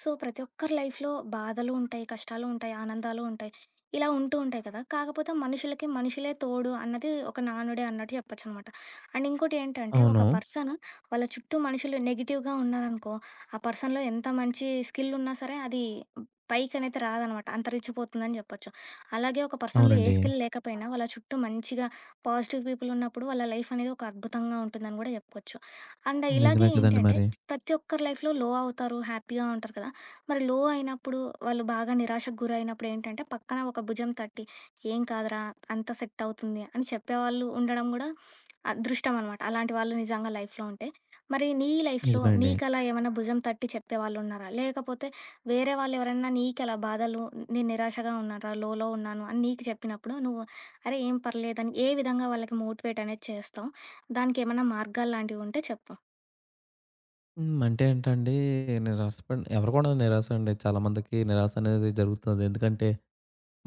So, ప్రతి ఒక్కరి లైఫ్‌లో బాధలు ఉంటాయి, కష్టాలు ఉంటాయి, ఆనందాలు ఉంటాయి. ఇలా ఉంటూ ఉంటాయి కదా! కాకపోతే మనుషులకి మనుషులే తోడు అన్నది ఒక నానుడి అన్నట్టు చెప్పొచ్చనమాట. అండ్ ఇంకోటి ఏంటంటే, ఒక అవును. పర్సన్ వాళ్ళ చుట్టూ మనుషులు నెగెటివ్‌గా ఉన్నారనుకో, ఆ పర్సన్‌లో ఎంత మంచి స్కిల్ ఉన్నా సరే అది పైకనైతే రాదనమాట. అంతరించిపోతుందని చెప్పొచ్చు. అలాగే ఒక పర్సన్‌లో ఏ అవునండి. స్కిల్ లేకపోయినా వాళ్ళ చుట్టూ మంచిగా పాజిటివ్ పీపుల్ ఉన్నప్పుడు వాళ్ళ లైఫ్ అనేది ఒక అద్భుతంగా ఉంటుందని గూడా చెప్పుకోవచ్చు. అండ్ ఇలాగే నిజమే కదండీ ఏంటంటే మరి. ప్రతి ఒక్కరి లైఫ్‌లో లో అవుతారు. హ్యాపీగా ఉంటారు కదా! మరి లో అయినప్పుడు వాళ్ళు బాగా నిరాశకు గురైనప్పుడు ఏంటంటే పక్కన ఒక భుజం తట్టి "ఏం కాదురా! అంతా సెట్ అవుతుంది" అని చెప్పేవాళ్ళు ఉండడం గూడా అదృష్టం అనమాట. అలాంటి వాళ్ళు నిజంగా లైఫ్‌లో ఉంటే. మరి నీ లైఫ్‌లో నిజమే అండి. నీకలా ఏమైనా భుజం తట్టి చెప్పేవాళ్ళు ఉన్నారా? లేకపోతే వేరే వాళ్ళెవరన్నా నీకలా బాధలు నేను నిరాశగా ఉన్నానురా, లోలో ఉన్నాను అని నీకు చెప్పినప్పుడు నువ్వు "అరే! ఏం పర్లేదని" ఏ విధంగా వాళ్ళకి మోటివేట్ అనేది చేస్తావు? దానికేమన్నా మార్గాల్లాంటివుంటే చెప్పు? హ్మ్. అంటే ఏంటండి నిరాశ పడిన ఎవరు కూడా నిరాశ అండి. చాలామందికి నిరాశ అనేది జరుగుతది. ఎందుకంటే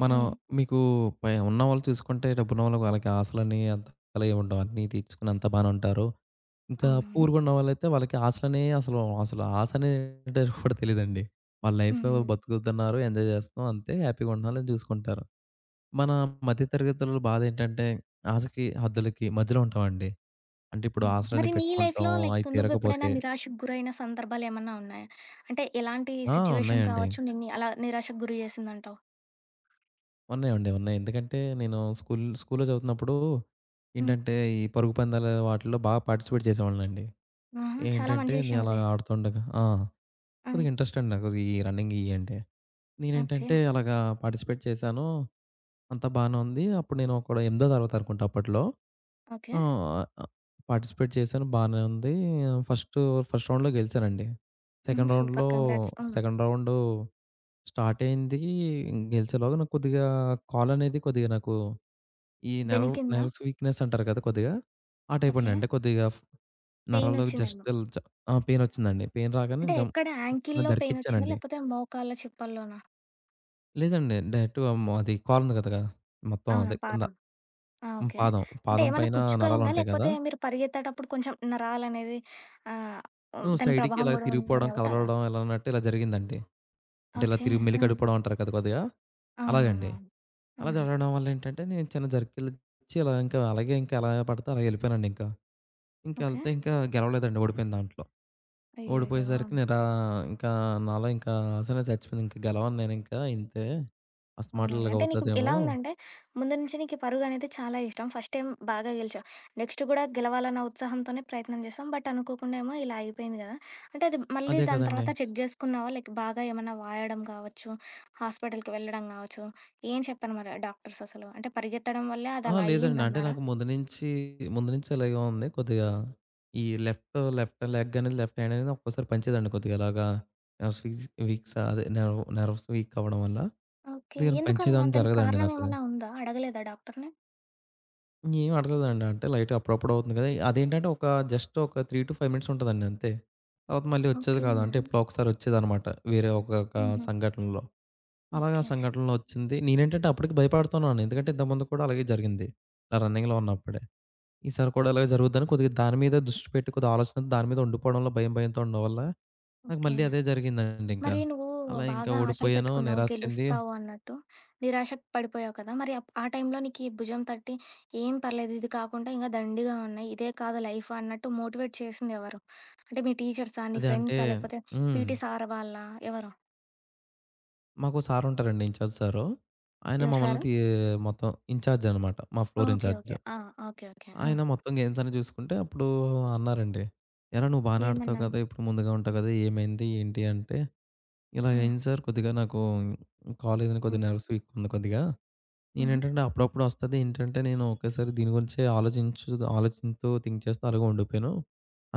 మనం హ్మ్. మీకు పై ఉన్నవాళ్ళు చూసుకుంటే డబ్బున్నవాళ్ళు వాళ్ళకి ఆశలని అంతలా ఏమి ఉండవు. అన్నీ తీర్చుకొని అంతా బానే ఉంటారు. ఇంకా అవునవును. పూర్‌గా ఉన్నవాళ్ళైతే వాళ్ళకి ఆశలనే అసలు, అసలు ఆశ అనేది కూడా తెలీదండి. వాళ్ళ లైఫ్ హ్మ్. హ్మ్. బతుకుతున్నారు, ఎంజాయ్ చేస్తున్నాం అంతే హ్యాపీగా ఉంటున్నాం అని చూసుకుంటారు. మన మధ్య తరగతుల బాధ ఏంటంటే ఆశకి, హద్దులకి మధ్యలో ఉంటామండి. అంటే ఇప్పుడు హ్మ్. మరి ఆసరాన్ని నీ పెట్టుకుంటాం. లైఫ్‌లో అయి లైక్ నువ్వెప్పుడైనా తీరకపోతే నిరాశకు గురైన సందర్భాలేమన్నా ఉన్నాయా? అంటే ఎలాంటి ఆ! సిట్యుయేషన్ ఉన్నాయండి. కావచ్చు నిన్ని అలా నిరాశకు గురి చేసిందంటావు? ఉన్నాయి. ఎందుకంటే నేను స్కూల్‌లో చదువుతున్నప్పుడు హ్మ్. ఏంటంటే, ఈ పరుగు పందాల వాటిల్లో బాగా పార్టిసిపేట్ చేసేవాడినండి. ఆహా! చాలా ఏంటంటే, మంచి నేను విషయం అలా ఇది. ఆడుతుండగా ఆ! ఆ! కొద్దిగా ఇంట్రెస్ట్ అండి నాకు ఈ రన్నింగ్ ఇయి అంటే. ఓకే. నేనేంటంటే అలాగా పార్టిసిపేట్ చేశాను. అంతా బానే ఉంది. అప్పుడు నేను ఒక ఎనిమిదో తరగతి అనుకుంటా అప్పట్లో. ఓకే. ఆ! అ పార్టిసిపేట్ చేశాను. బానే ఉంది. ఫస్ట్, ఫస్ట్ రౌండ్‌లో గెలిసానండి. హుహు. సెకండ్ సూపర్ రౌండ్‌లో కంగ్రాట్స్. హ్మ్. సెకండ్ రౌండు స్టార్ట్ అయింది. గెలిచేలోగా నాకు కొద్దిగా కాలనేది కొద్దిగా నాకు ఈ నెర్వ్ బెణికిందా? నెర్వ్స్ వీక్‌నెస్ అంటారు కదా! కొద్దిగా ఆ టైప్ అండి. ఓకే. అంటే కొద్దిగా ఫ్ నరాల్లో జస్ట్ పెయినొచ్చిందేమో. ఇల్ జ ఆ! పెయిన్ వచ్చిందండి. పెయిన్ రాగానే అంటే ఎక్కడ యాంకిల్‌లో పెయినొచ్చిందా? జర్కిచ్చానండి. లేకపోతే మోకాళ్ళ చిప్పల్లోనా? లేదండి. డైరెక్ట్‌గా అది కాలుంది కదా! మొత్తం అవునా? అదే కింద పాదం. ఆ! ఓకే. పాదం, అంటే పాదం ఏమన్నా పైన కుచ్చుకోయిందా? నరాలుంటాయి లేకపోతే కదా! మీరు పరిగెత్తేటప్పుడు కొంచెం నరాలనేది ఆహ్, హ్మ్. దాని సైడ్‌కి ప్రభావం ఇలా గూడా ఉంటుంది తిరిగిపోవడం, కాబట్టి అలా. కదలడం ఇలా అన్నట్టు ఇలా జరిగిందండి. అంటే ఇలా ఓకే. తిరిగి ఆ! మెలికడిపోవడం అంటారు కదా కొద్దిగా. అలాగండి. అవునవునవును. అలా ఆహా! జరగడం వల్ల ఏంటంటే నేను చిన్న జర్కిలిచ్చి ఇలా ఇంకా అలాగే ఇంకా ఎలా పడితే అలా ఎళ్ళిపోయానండి ఇంకా. ఇంకా ఓకే. ఎళ్తే ఇంకా గెలవలేదండి ఓడిపోయాను దాంట్లో. అయ్యయ్యో! ఓడిపోయేసరికి ఇంకా నాలో ఇంకా ఆశనే చచ్చిపోయింది. ఇంక గెలవను నేనింకా ఇంతే అస్తమాట్లు అవునవునులే. అంటే నీకు ఎలా ఇలాగవుతదేమో ఉందంటే, ముందు నుంచి నీకు పరుగనేది చాలా ఇష్టం. ఫస్ట్ టైమ్ బాగా గెలిచావు. నెక్స్ట్ గూడా గెలవాలన్న ఉత్సాహంతోనే ప్రయత్నం చేసాం. బట్ అనుకోకుండా ఏమో ఇలా అయిపోయింది గదా! అంటే అది మళ్ళీ అదే దాని కదండీ! తర్వాత చెక్ జేసుకున్నావా? లైక్ బాగా ఏమన్నా వాయడం గావచ్చు, హాస్పిటల్‌కి వెళ్ళడం గావచ్చు, ఏం చెప్పారు మరి డాక్టర్స్ అసలు? అంటే పరిగెత్తడం వల్లే ఆ! అదలా లేదండి. అంటే అయ్యిందన్నారా? నాకు ముందు నుంచి అలాగే ఉంది. కొద్దిగా ఈ లెఫ్ట్ లెగ్ అనేది, లెఫ్ట్ హ్యాండ్ అనేది ఒక్కోసారి పంచేదండి కొద్దిగా ఇలాగా నర్వ్స్ వీక్స్ వీక్స్ అదే నెర్వ్ నెర్వ్స్ వీక్ అవ్వడం వల్ల ఓకే. కొద్దిగా ఎందుకలా? పంచేయడం దానికి జరగదండి కారణం నాకది. ఏమన్నా ఉందా? అడగలేదా డాక్టర్‌ని? ఏం అడగలేదండి. అంటే లైట్‌గా అప్పుడప్పుడు అవుతుంది కదా! అదేంటంటే జస్ట్ ఒక 3-5 మినిట్స్ ఉంటదండి అంతే. తర్వాత మళ్ళీ వచ్చేది ఓకే. కాదు. అంటే ఎప్పుడో ఒకసారి వచ్చేదనమాట. వేరే ఒకొక్క హుహు. సంఘటనలో. అలాగా ఓకే. సంఘటనలో వచ్చింది. నేనేంటంటే అప్పటికి భయపడుతున్నాను. ఎందుకంటే ఇంతకుముందు కూడా అలాగే జరిగింది. నా రన్నింగ్‌లో ఉన్నప్పుడే. ఈసారి కూడా అలాగే జరుగుద్దని కొద్దిగా దాని మీద దృష్టి పెట్టి కొద్దిగా ఆలోచన దాని మీద ఉండిపోవడంలో భయంతో ఉండడం వల్ల నాకు ఓకే. మళ్ళీ అదే జరిగిందండి ఇంకా. మరి నువ్వు అలా ఇంకా బాగా ఆశలు ఓడిపోయాను. పెట్టుకున్నావు, నిరాశ చెంది గెలుస్తావు అన్నట్టు. నిరాశకు పడిపోయావు కదా! మరి ఆ టైంలో నీకీ భుజం తట్టి, "ఏం పర్లేదు, ఇది కాకుండా ఇంకా దండిగా ఉన్నాయి. ఇదే కాదు లైఫ్" అన్నట్టు మోటివేట్ చేసింది ఎవరు? అంటే మీ టీచర్సా? నీ అదే అంటే ఫ్రెండ్సా? లేకపోతే హ్మ్. పీటీ సార్ వాళ్ళా? ఎవరు? మాకో సార్ ఉంటారండి ఇన్‌చార్జ్ సారు. ఆయన ఎవరు మమ్మల్ని సారు? తీ మొత్తం ఇన్‌చార్జ్ అనమాట. మా ఫ్లోర్ ఓకే. ఇన్‌చార్జ్. ఓకే. ఆ! ఓకే. ఓకే. ఆ! ఆయన మొత్తం గేమ్స్ అన్నీ చూసుకుంటే అప్పుడు అన్నారండి. "ఏరా నువ్వు బానే ఆడతావు ఏమన్నారు? కదా! ఇప్పుడు ముందుగా ఉంటావు కదా! ఏమైంది ఏంటి?" అంటే, "ఇలా హ్మ్. అయింది సార్ కొద్దిగా నాకు కాలేదని కొద్దిగా హ్మ్. నర్వస్ వీక్‌గా ఉంది కొద్దిగా." హుహు. నేనేంటంటే అప్పుడప్పుడు వస్తది. ఏంటంటే నేను ఒకేసారి దీని గురించే ఆలోచిస్తూ థింక్ చేస్తూ అలాగే ఉండిపోయాను.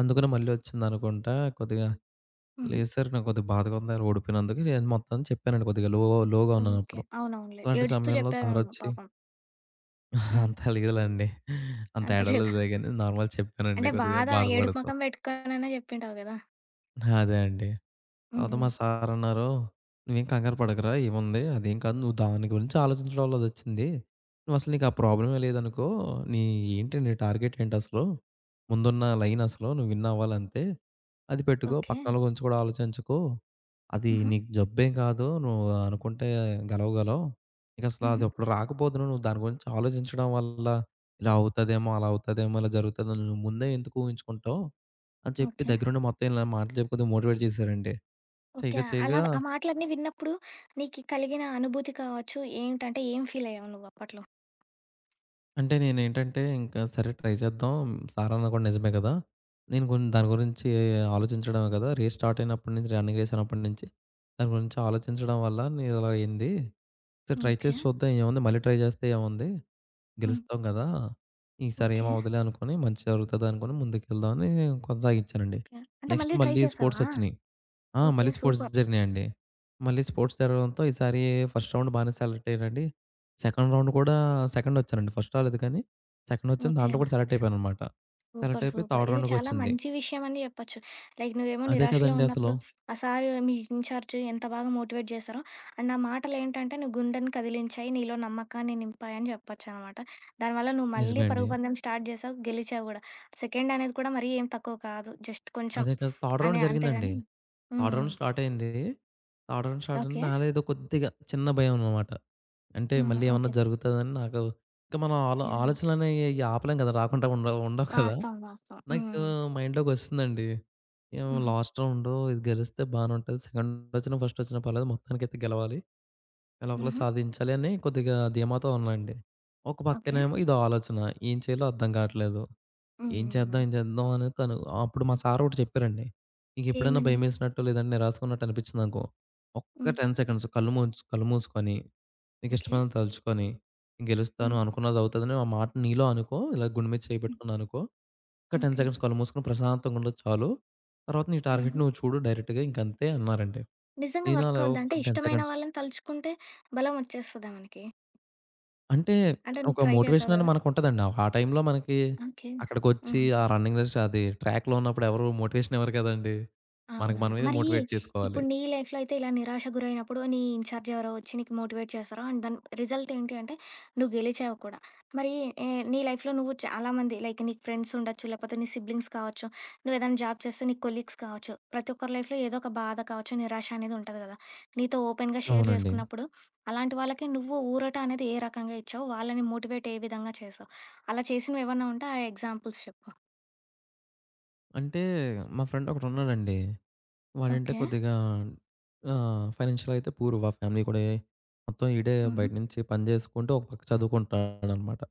అందుకనే మళ్ళీ వచ్చిందనుకుంటా. కొద్దిగా హుహు. లేదు సార్ నాకు కొద్దిగా బాధగా ఉంది అలా ఓడిపోయినందుకు. నేను మొత్తం చెప్పానండి కొద్దిగా లోగా ఓకే. ఉన్నానప్పుడు. అవునవునులే. అలాంటి ఏడుస్తూ సమయంలో చెప్పావేమో సారొచ్చి పాపం. హ్మ్. అంత లేదులెండి. అంత అంత లేదా? ఏడవలేదులే గాని నార్మల్ అంటే చెప్పానండి కొద్దిగా బాధ ఏడుపు బాధపడుతూ. మొఖం పెట్టుకొనైనా చెప్పుంటావు గదా! అదే అండి. హ్మ్. అదో హ్మ్. మా సారన్నారు, "నువ్వేం కంగారు పడకురా ఏముంది అదేం కాదు. నువ్వు దాని గురించి ఆలోచించడం వల్ల అదొచ్చింది. నువ్వసలు నీకా ప్రాబ్లమే లేదనుకో. నీ ఏంటి నీ టార్గెట్ ఏంటసలు? ముందున్న లైన్ అసలు నువ్వు విన్ అవ్వాలంతే. అది పెట్టుకో. ఓకే. పక్కనోళ్ళ గురించి కూడా ఆలోచించకు. అది హుహు. నీకు జబ్బేం కాదు. నువ్వు అనుకుంటే గెలవగలవు. నీకసలు హుహు. అది అప్పుడు రాకపోదును. నువ్వు దాని గురించి ఆలోచించడం వల్ల ఇలా అవుతదేమో, అలా అవుతదేమో, ఇలా జరుగుతదని నువ్వు ముందే ఎందుకు ఊహించుకుంటావు" అని చెప్పి ఓకే. దగ్గరుండి మొత్తం ఇలా మాటలు చెప్పుకుంటూ మోటివేట్ చేశారండి. ఓకే. చేయగా, అలా చేయగా ఆ మాటలన్నీ విన్నప్పుడు నీకు కలిగిన అనుభూతి కావచ్చు, ఏంటంటే ఏం ఫీలయ్యావు నువ్వప్పట్లో? అంటే నేనేంటంటే ఇంకా సరే ట్రై చేద్దాం. సార్ అన్న కూడా నిజమే కదా! నేను కొన్ని దాని గురించి ఆలోచించడమే కదా! రేస్ స్టార్ట్ అయినప్పటి నుంచి రన్నింగ్ రేస్ అయినప్పటి నుంచి దాని గురించి ఆలోచించడం వల్ల నీది ఇలా అయింది. ఒకసారి ట్రై ఓకే. చేసి చూద్దాం ఏముంది మళ్ళీ ట్రై చేస్తే ఏముంది? హ్మ్. గెలుస్తాం కదా! ఈసారి ఓకే. ఏమవ్వదులే అనుకోని మంచి జరుగుతది అనుకోని ముందుకెళ్దామని కొనసాగించానండి. ఓకే. అంటే నెక్స్ట్ మళ్ళీ ట్రై మళ్ళీ స్పోర్ట్స్ చేశావా? వచ్చినియి. ఆ! ఓకే. మళ్ళీ స్పోర్ట్స్ సూపర్. జరిగినాయండి. మళ్ళీ స్పోర్ట్స్ జరగడంతో ఈసారి ఫస్ట్ రౌండ్ బానే సెలెక్ట్ అయ్యానండి. సెకండ్ రౌండ్ కూడా సెకండొచ్చానండి. ఫస్ట్ రాలేదు కానీ సెకండొచ్చాను. ఓకే. దాంట్లో కూడా సెలెక్ట్ అయిపోయాననమాట. Select super. అయిపోయి సూపర్. థర్డ్ ఇది చాలా రౌండ్‌కొచ్చింది. మంచి విషయం అని చెప్పొచ్చు. లైక్ నువ్వేమో అదే నిరాశలో కదండీ ఉన్నప్పుడు అసలు. ఆ సారు మీ ఇన్‌చార్జ్ ఎంత బాగా మోటివేట్ చేశారో అండ్ ఆ మాటలేంటంటే నీ గుండెని కదిలించాయి. నీలో నమ్మకాన్ని నింపాయి అని చెప్పొచ్చనమాట. దానివల్ల నువ్వు మళ్ళీ నిజమే అండి. పరుగు పందెం స్టార్ట్ చేశావు. గెలిచావు గూడా. సెకండ్ అనేది కూడా మరీ ఏం తక్కువ కాదు. జస్ట్ కొంచెం అదే కదా! థర్డ్ రౌండ్ అనే జరిగిందండి. అంతేగాని హ్మ్. థర్డ్ హ్మ్. రౌండ్ స్టార్ట్ అయింది. థర్డ్ రౌండ్ స్టార్ట్ అయింది. ఓకే. నాలో ఏదో కొద్దిగా చిన్న భయం అనమాట. అంటే హుహు. మళ్ళీ ఏమన్నా ఓకే. జరుగుతదని నాకు ఇంక మనం యాహ్! ఆలోచనలనేయి ఆపలేం కదా! రాకుండా ఉండవు ఉండవు కదా! వాస్తవం. వాస్తవం. హ్మ్. నాకు హ్మ్. మైండ్‌లోకొస్తుందండి. ఏమో హుహు. లాస్ట్ రౌండు ఇది గెలిస్తే బానే ఉంటది. సెకండొచ్చినా, ఫస్టొచ్చినా పర్లేదు. మొత్తానికైతే గెలవాలి. ఎలాగోలా హుహు. సాధించాలి అని కొద్దిగా ధీమాతో ఉన్నానండి. ఒక ఓకే. పక్కనేమో ఇదో ఆలోచన. ఏం చేయాలో అర్థం కావట్లేదు. హ్మ్. ఏం హ్మ్. చేద్దాం, హ్మ్. ఏం చేద్దాం అని అప్పుడు మా సార్ ఒకటి చెప్పారండి. "నీకెప్పుడైనా ఏమని? భయమేసినట్టు లేదంటే నిరాశగా ఉన్నట్టు అనిపించిందనుకో ఒక్క హ్మ్. 10 సెకండ్స్ కళ్ళు మూసుకొని" ఓకే. నీకిష్టమైనది తలుచుకొని, నేను గెలుస్తాను హ్మ్. అనుకున్నది అవుతదని ఆ మాట నీలో అనుకో. ఇలా గుండె మీద చేయి హ్మ్. పెట్టుకొని అనుకో. ఒక 10 ఓకే. సెకండ్స్ కళ్ళు మూసుకొని ప్రశాంతంగా ఉండొచ్చు చాలు. తర్వాత నీ టార్గెట్ హుహు. నువ్వు చూడు డైరెక్ట్‌గా ఇంకంతే అన్నారండి. నిజంగా నేను వర్క్ అలా అవుద్దా? ఒక అంటే 10 ఇష్టమైన సెకండ్స్ వాళ్ళని తలుచుకుంటే బలం వచ్చేస్తదా మనకి? అంటే అంటే నువ్వు ఒక ట్రై చేసావు మోటివేషన్ అనేది గదా! మనకుంటదండి. ఆ టైంలో మనకి ఓకే. అక్కడికొచ్చి హుహు. ఆ రన్నింగ్ రేస్ అది ట్రాక్‌లో ఉన్నప్పుడు ఎవరు మోటివేషన్ ఇవ్వరు కదండీ. మనకు అవునవును. మనమే మరి మోటివేట్ చేసుకోవాలి. ఇప్పుడు నీ లైఫ్‌లో అయితే ఇలా నిరాశ గురైనప్పుడు నీ ఇన్‌చార్జ్ ఎవరో వచ్చి నీకు మోటివేట్ చేస్తారు. అండ్ దాని రిజల్ట్ ఏంటి అంటే నువ్వు గెలిచావు కూడా. మరి ఏ నీ లైఫ్‌లో నువ్వు చాలామంది లైక్ నీకు ఫ్రెండ్స్ ఉండొచ్చు, లేకపోతే నీ సిబ్లింగ్స్ కావచ్చు, నువ్వు ఏదైనా జాబ్ చేస్తే నీ కొలీగ్స్ కావచ్చు. ప్రతి ఒక్కరి లైఫ్‌లో ఏదో ఒక బాధ కావచ్చు, నిరాశ అనేది ఉంటది కదా! నీతో ఓపెన్‌గా షేర్ అవునండి. చేసుకున్నప్పుడు అలాంటి వాళ్ళకి నువ్వు ఊరట అనేది ఏ రకంగా ఇచ్చావు? వాళ్ళని మోటివేట్ ఏ విధంగా చేసావు? అలా చేసినవేమన్నా ఉంటే ఆ ఎగ్జాంపుల్స్ చెప్పు? అంటే మా ఫ్రెండ్ ఒకడున్నాడండి. వాడంటే ఓకే. కొద్దిగా ఆహ్, ఫైనాన్షియల్‌గా అయితే పూర్. వాళ్ళ ఫ్యామిలీ కూడా ఏ- మొత్తం ఈడే హుహు. బయట నుంచి పని చేసుకుంటూ, ఒక పక్క చదువుకుంటున్నాడనమాట.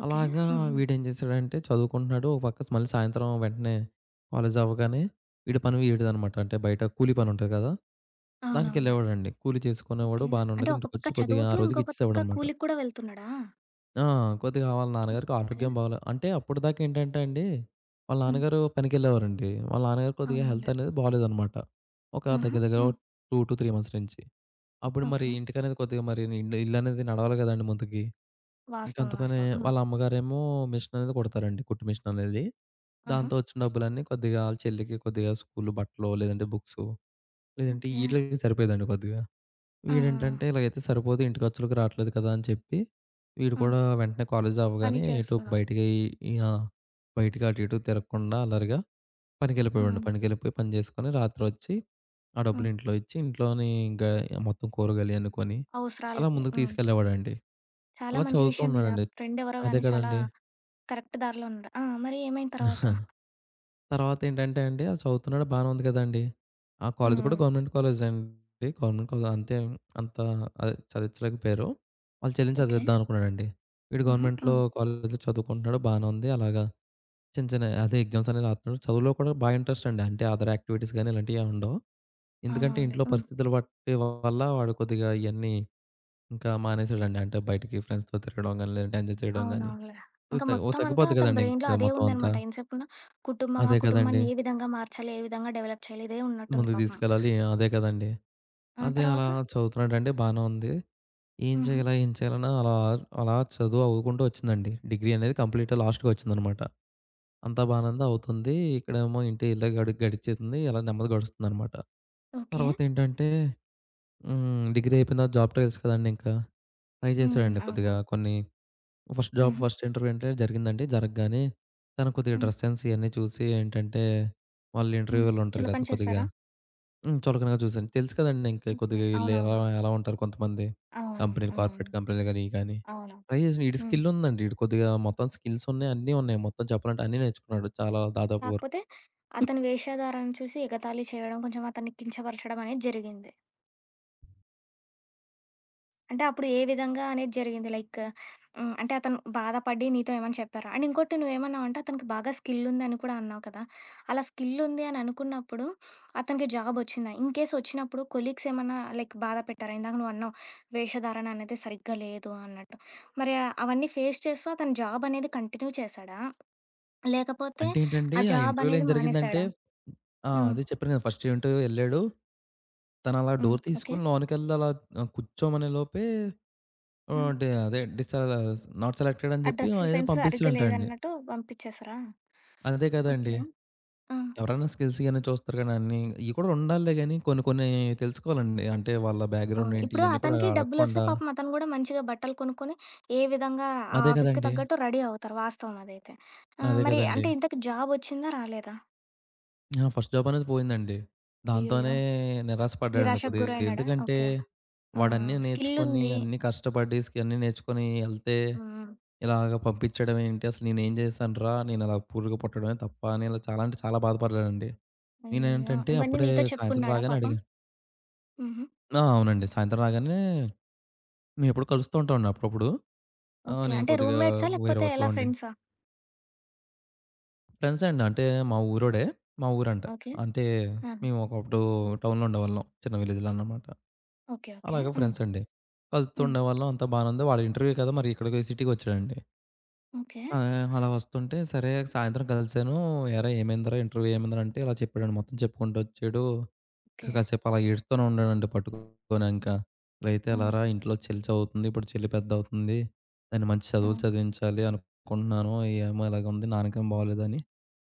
ఓకే. అలాగా హ్మ్. హ్మ్. వీడేం చేశాడంటే చదువుకుంటున్నాడు. ఒక పక్క మళ్ళీ సాయంత్రం వెంటనే కాలేజ్ అవ్వగానే వీడి పని వీడిదనమాట. అంటే బయట కూలీ పని ఉంటది కదా! అవునవునులే. దానికెళ్ళేవాడండి. కూలీ చేసుకునేవాడు ఓకే. బానే అంటే ఉండేది. ఒక పక్క ఇంటికొచ్చి కొద్దిగా ఆ చదువుతూ, ఇంకో రోజుకి పక్క ఇచ్చేసేవాడనమాట. కూలికి కూడా వెళ్తున్నాడా? ఆ! కొద్దిగా వాళ్ళ నాన్నగారికి ఓకే. ఆరోగ్యం బాగాలే అంటే అప్పటిదాకా ఏంటంటే అండి, వాళ్ళ హ్మ్. నాన్నగారు పనికెళ్ళేవారండి. వాళ్ళ నాన్నగారు కొద్దిగా హెల్త్ అవునులే. అనేది బాలేదనమాట. ఒక హుహు. దగ్గర దగ్గర ఓ హ్మ్. 2-3 మంత్స్ నుంచి. అప్పుడు మరి ఓకే. ఇంటికనేది కొద్దిగా మరి ఇల్లనేది నడవాలి కదండీ ముందుకి. ఇంక వాస్తవం. అందుకనే వాస్తవం. హ్మ్. వాళ్ళ అమ్మగారేమో మిషన్ అనేది కుడతారండి. కుట్టు మిషన్ అనేది. ఆహా! దాంతో వచ్చిన డబ్బులన్నీ కొద్దిగా ఆళ్ళ చెల్లికి కొద్దిగా స్కూలు బట్టలో, లేదంటే బుక్సు, లేదంటే ఓకే. ఈట్లికి సరిపోయేదండి కొద్దిగా. ఆ! వీడేంటంటే ఇలాగైతే సరిపోదు ఇంటి ఖర్చులకి రావట్లేదు కదా అని చెప్పి, వీడు ఆ! కూడా వెంటనే కాలేజ్ పని అవ్వగానే ఎటు చేస్తున్నాడు. బయటికి ఆ! బయటికి అటు ఇటు తిరగకుండా అల్లరిగా పనికెళ్ళిపోయేవాడిని. హ్మ్. పనికెళ్ళిపోయి పని చేసుకొని రాత్రొచ్చి ఆ డబ్బులు హ్మ్. ఇంట్లో ఇచ్చి, ఇంట్లోని ఇంకా మొత్తం కూరగాయలయన్నీ కొని అలా అవసరాలకి. ముందుకు హ్మ్. తీసుకెళ్ళేవాడండి. చాలా అలా మంచి చదువుతూ విషయం ఇది. ఆ ఉన్నాడండి. ఫ్రెండ్ ఎవరో అదే గాని చాలా కదండీ! కరెక్ట్ దారిలో ఉన్నాడు. ఆ! మరి ఏమైంది తర్వాత? తర్వాతేంటంటే అండి, అది చదువుతున్నాడు బానే ఉంది కదండీ! ఆ హ్మ్. కాలేజ్ కూడా హ్మ్. గవర్నమెంట్ కాలేజే అండి. గవర్నమెంట్ కాలేజ్ అంతే అంత అదే చదివించలేకపోయారు. వాళ్ళ చెల్లిని ఓకే. చదివిద్దాం అనుకున్నాడండి. వీడు హుహు. గవర్నమెంట్‌లో హ్మ్. కాలేజ్‌లో చదువుకుంటున్నాడు బానే ఉంది. అలాగా చిన్న చిన్న అదే ఎగ్జామ్స్ అనేవి రాత్నాడు. చదువులో కూడా ఇంట్రెస్ట్ అండి. అంటే అదర్ యాక్టివిటీస్ గాని ఇలాంటియేం ఉండవు. ఎందుకంటే అవునవునులే. ఇంట్లో హ్మ్. పరిస్థితులు బట్టి వల్ల వాడు కొద్దిగా ఇయన్నీ ఇంకా మానేసాడండి. అంటే బయటికి ఫ్రెండ్స్‌తో తిరగడం గాని, లేదంటే ఎంజాయ్ చేయడం గాని. అవునవునులే. ఓ ఇంక తగ్ ఓ మొత్తమంతా తగ్గిపోద్ది అతని కదండీ! బ్రెయిన్‌లో ఇంకా అదే మొత్తం అంతా. ఉందనమాట. ఎంతసేపున్నా కుటుంబం, ఆ అదే కదండీ! కుటుంబాన్ని ఏ విధంగా మార్చాలి, ఏ విధంగా డెవలప్ చేయాలి ఇదే ఉన్నట్టుంది ముందుకు పాపం. తీసుకెళ్ళాలి. అదే కదండీ! ఆ అదే అలా తర్వాత? చదువుతున్నాడండి బానే ఉంది. ఏం హుహు. చేయాలా? ఏం చేయాలని అలా, అలా చదువు అవ్వుకుంటూ వచ్చిందండి. డిగ్రీ అనేది కంప్లీట్ లాస్ట్‌గా వచ్చిందనమాట. అంతా బానే ఉంది. అవుతుంది. ఇక్కడేమో ఇంటి ఇలా గడిచేతుంది. ఇలా నెమ్మది గడుస్తుందనమాట. ఓకే. తర్వాతేంటంటే హ్మ్. డిగ్రీ అయిపోయిన తర్వాత జాబ్ ట్రయల్స్ కదండీ ఇంకా. ట్రై హ్మ్. చేశాడండి కొద్దిగా అవునవును. కొన్ని హుహు. ఫస్ట్ ఇంటర్వ్యూ అంటే జరిగిందండి. జరగగానే తను కొద్దిగా హ్మ్. డ్రెస్ సెన్స్ ఇయన్నీ చూసి ఏంటంటే, వాళ్ళు హ్మ్. ఇంటర్వ్యూవర్లుంటారు చులకన కదా! కొద్దిగా చేశారా? హ్మ్. చులకనగా చూసాను. తెలుసు కదండీ! ఇంకా ఓకే. కొద్దిగా ఈళ్ళు ఎలా అవునవును. ఎలా ఉంటారు కొంతమంది. అవునవును. కంపెనీలు హ్మ్. కార్పొరేట్ కంపెనీలు గాని, ఇయి గాని. అవునవును. ట్రై చేసి ఈడి హ్మ్. స్కిల్ ఉందండి. ఈడు కొద్దిగా మొత్తం స్కిల్స్ ఉన్నాయి. అన్నీ ఉన్నాయి. మొత్తం చెప్పాలంటే అన్నీ నేర్చుకున్నాడు. చాలా దాదాపు వరకు. కాకపోతే అతని వేషధారణ చూసి ఎగతాళి చేయడం, కొంచెం అతన్ని కించపరచడం అనేది జరిగింది. అంటే అప్పుడు ఏ విధంగా అనేది జరిగింది? లైక్ హ్మ్. అంటే అతను బాధపడి నీతో ఏమన్నా చెప్పారా? అండ్ ఇంకోటి నువ్వేమన్నావంటే అతనికి బాగా స్కిల్ ఉందని కూడా అన్నావు కదా! అలా స్కిల్ ఉంది అని అనుకున్నప్పుడు అతనికి జాబ్ వచ్చిందా? ఇన్ కేస్ వచ్చినప్పుడు కొలీగ్స్ ఏమన్నా లైక్ బాధ పెట్టారా? ఇందాక నువ్వన్నావు వేషధారణ అనేది సరిగ్గా లేదు అన్నట్టు. మరి ఆ- అవన్నీ ఫేస్ చేస్తూ అతను జాబ్ అనేది కంటిన్యూ చేశాడా? లేకపోతే అంటే ఏంటంటే ఆ ఆ జాబ్ ఇంటర్వ్యూలో అనేది ఏం జరిగిందంటే మానేశాడా? ఆ! హ్మ్. అదే చెప్పాను కదా! ఫస్ట్ ఇంటర్వ్యూ ఎళ్ళాడు. తను అలా హ్మ్. Door okay. తీసుకొని లోనకెళ్ళి అలా ఆహ్, కూర్చోమనే లోపే హ్మ్. ఆహ్, డి అదే డిస్ నాట్ సెలెక్టెడ్ అని ఆ చెప్పి డ్రెస్ ఏదో సెన్స్ సరిగ్గా పంపించాడంట అండి. లేదన్నట్టు పంపించేసారా? అదే ఓకే. కదండీ! ఆ! ఎవరైనా స్కిల్స్ ఇయన్నీ చూస్తారు కానీ అన్నీ ఇయి కూడా ఉండాలిలే గాని కొన్ని కొన్ని తెలుసుకోవాలండి. అంటే వాళ్ళ అవును. బ్యాక్‌గ్రౌండ్ ఏంటి ఇప్పుడు ఇయన్నీ కూడా అతనికి డబ్బులొస్తే అడగకుండా పాపం అతను గూడా మంచిగా బట్టలు కొనుక్కొని, ఏ విధంగా ఆ అదే ఆఫీస్‌కి కదండీ. తగ్గట్టు రెడీ అవుతారు. వాస్తవం అదైతే. ఆహ్, అదే మరి కదండీ. అంటే ఇంతకి జాబొచ్చిందా? రాలేదా? ఆ! ఫస్ట్ జాబ్ అనేది పోయిందండి. అయ్యయ్యో! దాంతోనే నిరాశ పడ్డాడండి నిరాశకు కొద్దిగా. గురైనాడా? ఎందుకంటే ఓకే. ఆ! వాడన్నీ నేర్చుకొని, స్కిల్లుంది. అన్నీ కష్టపడి అన్నీ నేర్చుకొని ఎళ్తే హ్మ్. ఇలాగ పంపించడం ఏంటి? అసలు నేనేం చేశానురా? నేను అలా పురుగు పుట్టడమే తప్ప అని ఇలా చాలా అంటే చాలా బాధపడ్డాడండి. అయ్యయ్యో! నేనేంటంటే ఇవన్నీ అప్పుడే నీతో సాయంత్రం చెప్పుకున్నాడా రాగానే పాపం? అడిగా హుహు. ఆ! అవునండి. సాయంత్రం రాగానే మేమెప్పుడు కలుస్తూ ఉంటామండి అప్పుడప్పుడు. ఆ! ఓకే. నేను అంటే కొద్దిగా రూమ్‌మేట్సా? వేరే లేకపోతే వర్క్‌లో ఎలా ఉండి. ఫ్రెండ్సా? ఫ్రెండ్సే అండి. అంటే మా ఊరోడే. మా ఊరంట. ఓకే. అంటే ఆహా! మేము ఒకప్పుడు టౌన్‌లో ఉండేవాళ్ళం. చిన్న విలేజ్‌లో అన్నమాట. ఓకే. ఓకే. అలాగా హ్మ్. ఫ్రెండ్స్ అండి. హ్మ్. కలుతుండేవాళ్ళం. అంతా బానే ఉంది. వాడి ఇంటర్వ్యూ కదా! మరి ఇక్కడికి సిటీకి వచ్చాడండి. ఓకే. ఆహ్, అలా వస్తుంటే సరే సాయంత్రం కలిసాను. "ఏరా ఏమైందిరా ఇంటర్వ్యూ ఏమైందిరా" అంటే ఇలా చెప్పాడండి. మొత్తం చెప్పుకుంటూ వచ్చాడు. So okay. కాసేపు అలా ఏడుస్తూనే ఉన్నాడండి పట్టుకొని ఇంకా. "ఇట్లయితే ఆ! ఎలారా? ఇంట్లో చెల్లి చదువుతుంది. ఇప్పుడు చెల్లి పెద్దవుతుంది. దాన్ని మంచి ఆ! చదువులు చదివించాలి అనుకుంటున్నాను. ఏమో ఇలాగుంది. నాన్నకేం బాగోలేదని"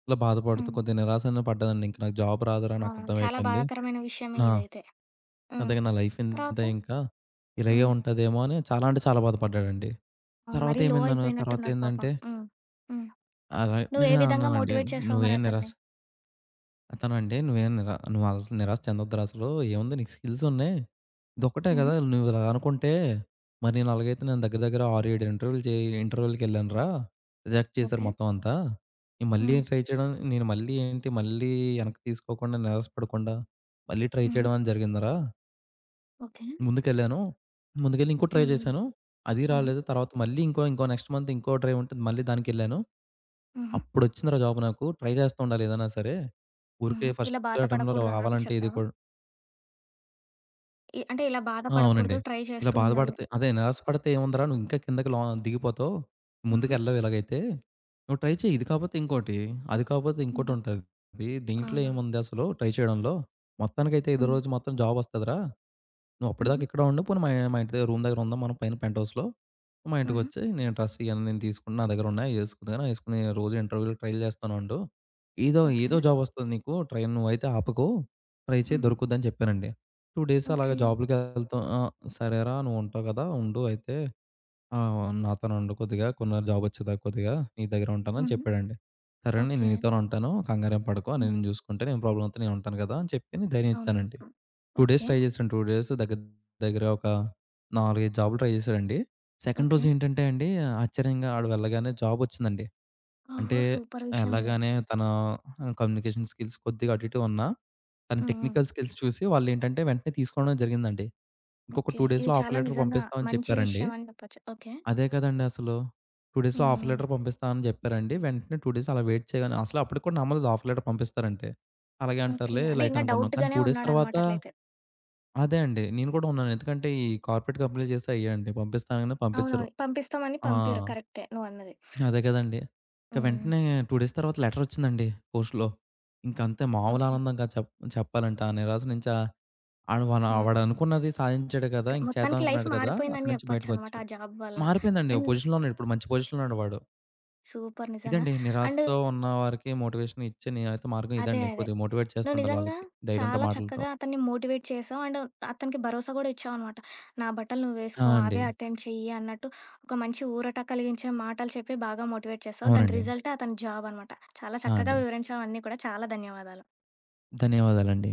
ఇలా బాధపడుతూ హ్మ్. కొద్దిగా నిరాశన పడ్డానండి. ఇంక నాకు జాబ్ రాదురా అవునవును. చాలా నాకర్థమైపోయింది. బాధాకరమైన విషయమే నా ఇదైతే. హ్మ్. అదే నా లైఫ్ తర్వాత? ఇంతే ఇంకా. ఇలాగే హ్మ్. ఉంటదేమో అని చాలా అంటే చాలా బాధపడ్డాడండి. అవును. మరీ లో తర్వాత అయిపోయినట్టున్నాడు పాపం. ఏందంటే హ్మ్. హ్మ్. అలా నువ్వే నేను విధంగా అన్నానండి, మోటివేట్ చేసావు మరి "నువ్వేం అతన్ని? నిరాశ" "నువ్వేం నిరా నువ్వు అసలు నిరాశ చెందొద్దురా అసలు. ఏముంది నీకు స్కిల్స్ ఉన్నాయి. ఇదొక్కటే హుహు. కదా! నువ్వు ఇలా అనుకుంటే మరి నేను అలాగైతే నేను దగ్గర దగ్గర 6, 7 ఇంటర్వ్యూలు చే ఇంటర్వ్యూలకెళ్ళానురా. రిజెక్ట్ చేశారు ఓకే. మొత్తం అంతా. నేను మళ్ళీ హ్మ్. ట్రై చేయడం నేను మళ్ళీ ఏంటి మళ్ళీ వెనక్కి తీసుకోకుండా నిరాశపడకుండా మళ్ళీ ట్రై హుహు. చేయడం అని జరిగిందిరా. ఓకే. ముందుకెళ్ళాను. ముందుకెళ్ళి ఇంకో ట్రై హ్మ్. హ్మ్. చేశాను. అది హుహు. రాలేదు. తర్వాత మళ్ళీ ఇంకో ఇంకో నెక్స్ట్ మంత్ ఇంకో ట్రై ఉంటుంది. మళ్ళీ దానికెళ్ళాను. హుహు. అప్పుడొచ్చిందిరా జాబ్ నాకు. ట్రై చేస్తూ ఉండాలి ఏదైనా సరే. ఊరికే హుహు. ఫస్ట్ ఇలా అటెంప్ట్‌లో బాధపడకూడదు అన్నట్టు రావాలంటే ఇది చెప్పావా? కూడా అంటే ఇలా ఆ! బాధపడకూడదు. అవునండి. ట్రై ఇలా చేస్తూ ఉండాలి. బాధపడితే అదే నిరాశపడితే ఏముందిరా నువ్వు ఇంకా కిందకి దిగిపోతావు. హుహు. ముందుకెళ్ళవు ఇలాగైతే. నువ్వు ట్రై చెయి. ఇది కాకపోతే ఇంకోటి, అది కాకపోతే హుహు. ఇంకోటుంటది. దీంట్లో అవునవును. ఏముంది అసలు ట్రై చేయడంలో. మొత్తానికైతే ఇదే హ్మ్. రోజు మొత్తం జాబ్ వస్తదిరా. నువ్వు హుహు. అప్పటిదాకా ఇక్కడ ఉండు. పోనీ మా మా ఇంటి దగ్గర రూమ్ దగ్గర ఉందాం మనం పైన పెంట్ హౌస్‌లో. మా హుహు. ఇంటికొచ్చేయి. నేను డ్రెస్ ఇయన్నీ నేను తీసుకుంటా. నా దగ్గర ఉన్నాయి. అయి ఏసుకుందువు గానీ, ఏసుకొని రోజు ఇంటర్వ్యూ‌లకి ట్రైల్ చేస్తానే ఉండు. ఏదో ఓకే. ఏదో జాబ్ వస్తది నీకు. ట్రై నువ్వైతే ఆపకు. ట్రై చెయి హుహు. దొరుకుద్దని చెప్పానండి. 2 డేస్ అలాగా ఓకే. జాబ్‌లకెళ్తాం ఆ! సరేరా నువ్వుంటావు కదా! ఉండు అయితే. ఆహ్, నాతోనే ఉండు కొద్దిగా. కొన్నాళ్ళు జాబ్ వచ్చేదాకా కొద్దిగా నీ దగ్గర ఉంటానని హుహు. చెప్పాడండి. సరే అండి. నేను ఓకే. నీతోనే ఉంటాను. కంగారేం పడకు. హ్మ్. నేను చూసుకుంటా. ఏం ప్రాబ్లమ్ అవుతే నేను ఉంటాను కదా! అని చెప్పి నేను ధైర్యం అవునవును. ఇచ్చానండి. హ్మ్. 2 డేస్ ఓకే. ట్రై చేశాను. 2 డేస్ దగ్గర దగ్గర ఒక 4, 5 జాబులు ట్రై చేశాడండి. Second okay. రోజు ఏంటంటే అండి ఆశ్చర్యంగా ఆడు వెళ్ళగానే జాబ్ వచ్చిందండి. ఓహో! అంటే సూపర్ విషయం ఇది. ఎళ్ళగానే తన కమ్యూనికేషన్ స్కిల్స్ కొద్దిగా అటు ఇటు ఉన్నా తన హ్మ్. హ్మ్. టెక్నికల్ స్కిల్స్ చూసి వాళ్ళేంటంటే వెంటనే తీసుకోవడం జరిగిందండి. ఇంకొక ఓకే. 2 ఇది డేస్‌లో ఆఫర్ చాలా లెటర్ నిజంగా పంపిస్తామని మంచి చెప్పారండి. విషయం అని చెప్పొచ్చు. ఓకే. అదే కదండీ అసలు. 2 డేస్‌లో ఆఫర్ హ్మ్. లెటర్ పంపిస్తామని చెప్పారండి. వెంటనే 2 డేస్ అలా వెయిట్ చేయగానే అసలు అప్పటికి కూడా నమ్మలేదు ఆఫర్ లెటర్ పంపిస్తారంటే. అలాగే ఓకే. అంటారులే అంటే లైట్ ఇంకా అనుకున్నాం. కానీ డౌట్‌గానే 2 డేస్ ఉన్నాడనమాట తర్వాత అట్లయితే. అదే అండి. నేను కూడా ఉన్నాను. ఎందుకంటే ఈ కార్పొరేట్ కంపెనీలు చేస్తే అయ్యేండి. పంపిస్తానగానే పంపించరు. అవునవును. పంపిస్తామని ఆ! పంపిరు కరెక్టే నువ్వన్నది. అదే కదండీ. ఇంక హ్మ్. వెంటనే 2 డేస్ తర్వాత లెటరొచ్చిందండి పోస్ట్‌లో. ఇంకంతే మామూలు ఓకే. ఆనందం కాదు చెప్పాలంటే. ఆ నిరాశ నుంచి ఆహ్, ఆడు వాన ఆ! వాడనుకున్నది సాధించాడు కదా! ఓకే. ఇంక చేద్దాం మొత్తానికి లైఫ్ అనుకున్నాడు కదా! అక్కడి మారిపోయిందని నుంచి జెప్పొచ్చనమాట ఆ బయటకొచ్చాడు. జాబ్ వల్ల. మారిపోయిందండి. ఓ అండ్ పొజిషన్‌లో ఉన్నాడు. ఇప్పుడు మంచి పొజిషన్‌లో ఉన్నాడు వాడు. సూపర్ నిజంగా. ఇదండి అండ్ నిరాశతో ఉన్న వారికి మోటివేషన్ ఇచ్చే నేనైతే మార్గం అదే. ఇదండి. అదే. కొద్దిగా మోటివేట్ నువ్వు చేస్తుండాలి నిజంగా వాళ్ళకి ధైర్యంతో చాలా మాటలతో. చక్కగా అతన్ని మోటివేట్ చేసావు. అండ్ అతనికి భరోసా గూడా ఇచ్చావనమాట. నా బట్టలు నువ్వు వేసుకో, ఆ! అవే అండి. అటెండ్ చెయ్యి అన్నట్టు ఒక మంచి ఊరట కలిగించే మాటలు చెప్పి బాగా మోటివేట్ చేసావు. దాని అవునండి. రిజల్టే అతని జాబ్ అనమాట. చాలా ఆ! చక్కగా అండి. వివరించావు అన్నీ కూడా. చాలా ధన్యవాదాలు. ధన్యవాదాలండి.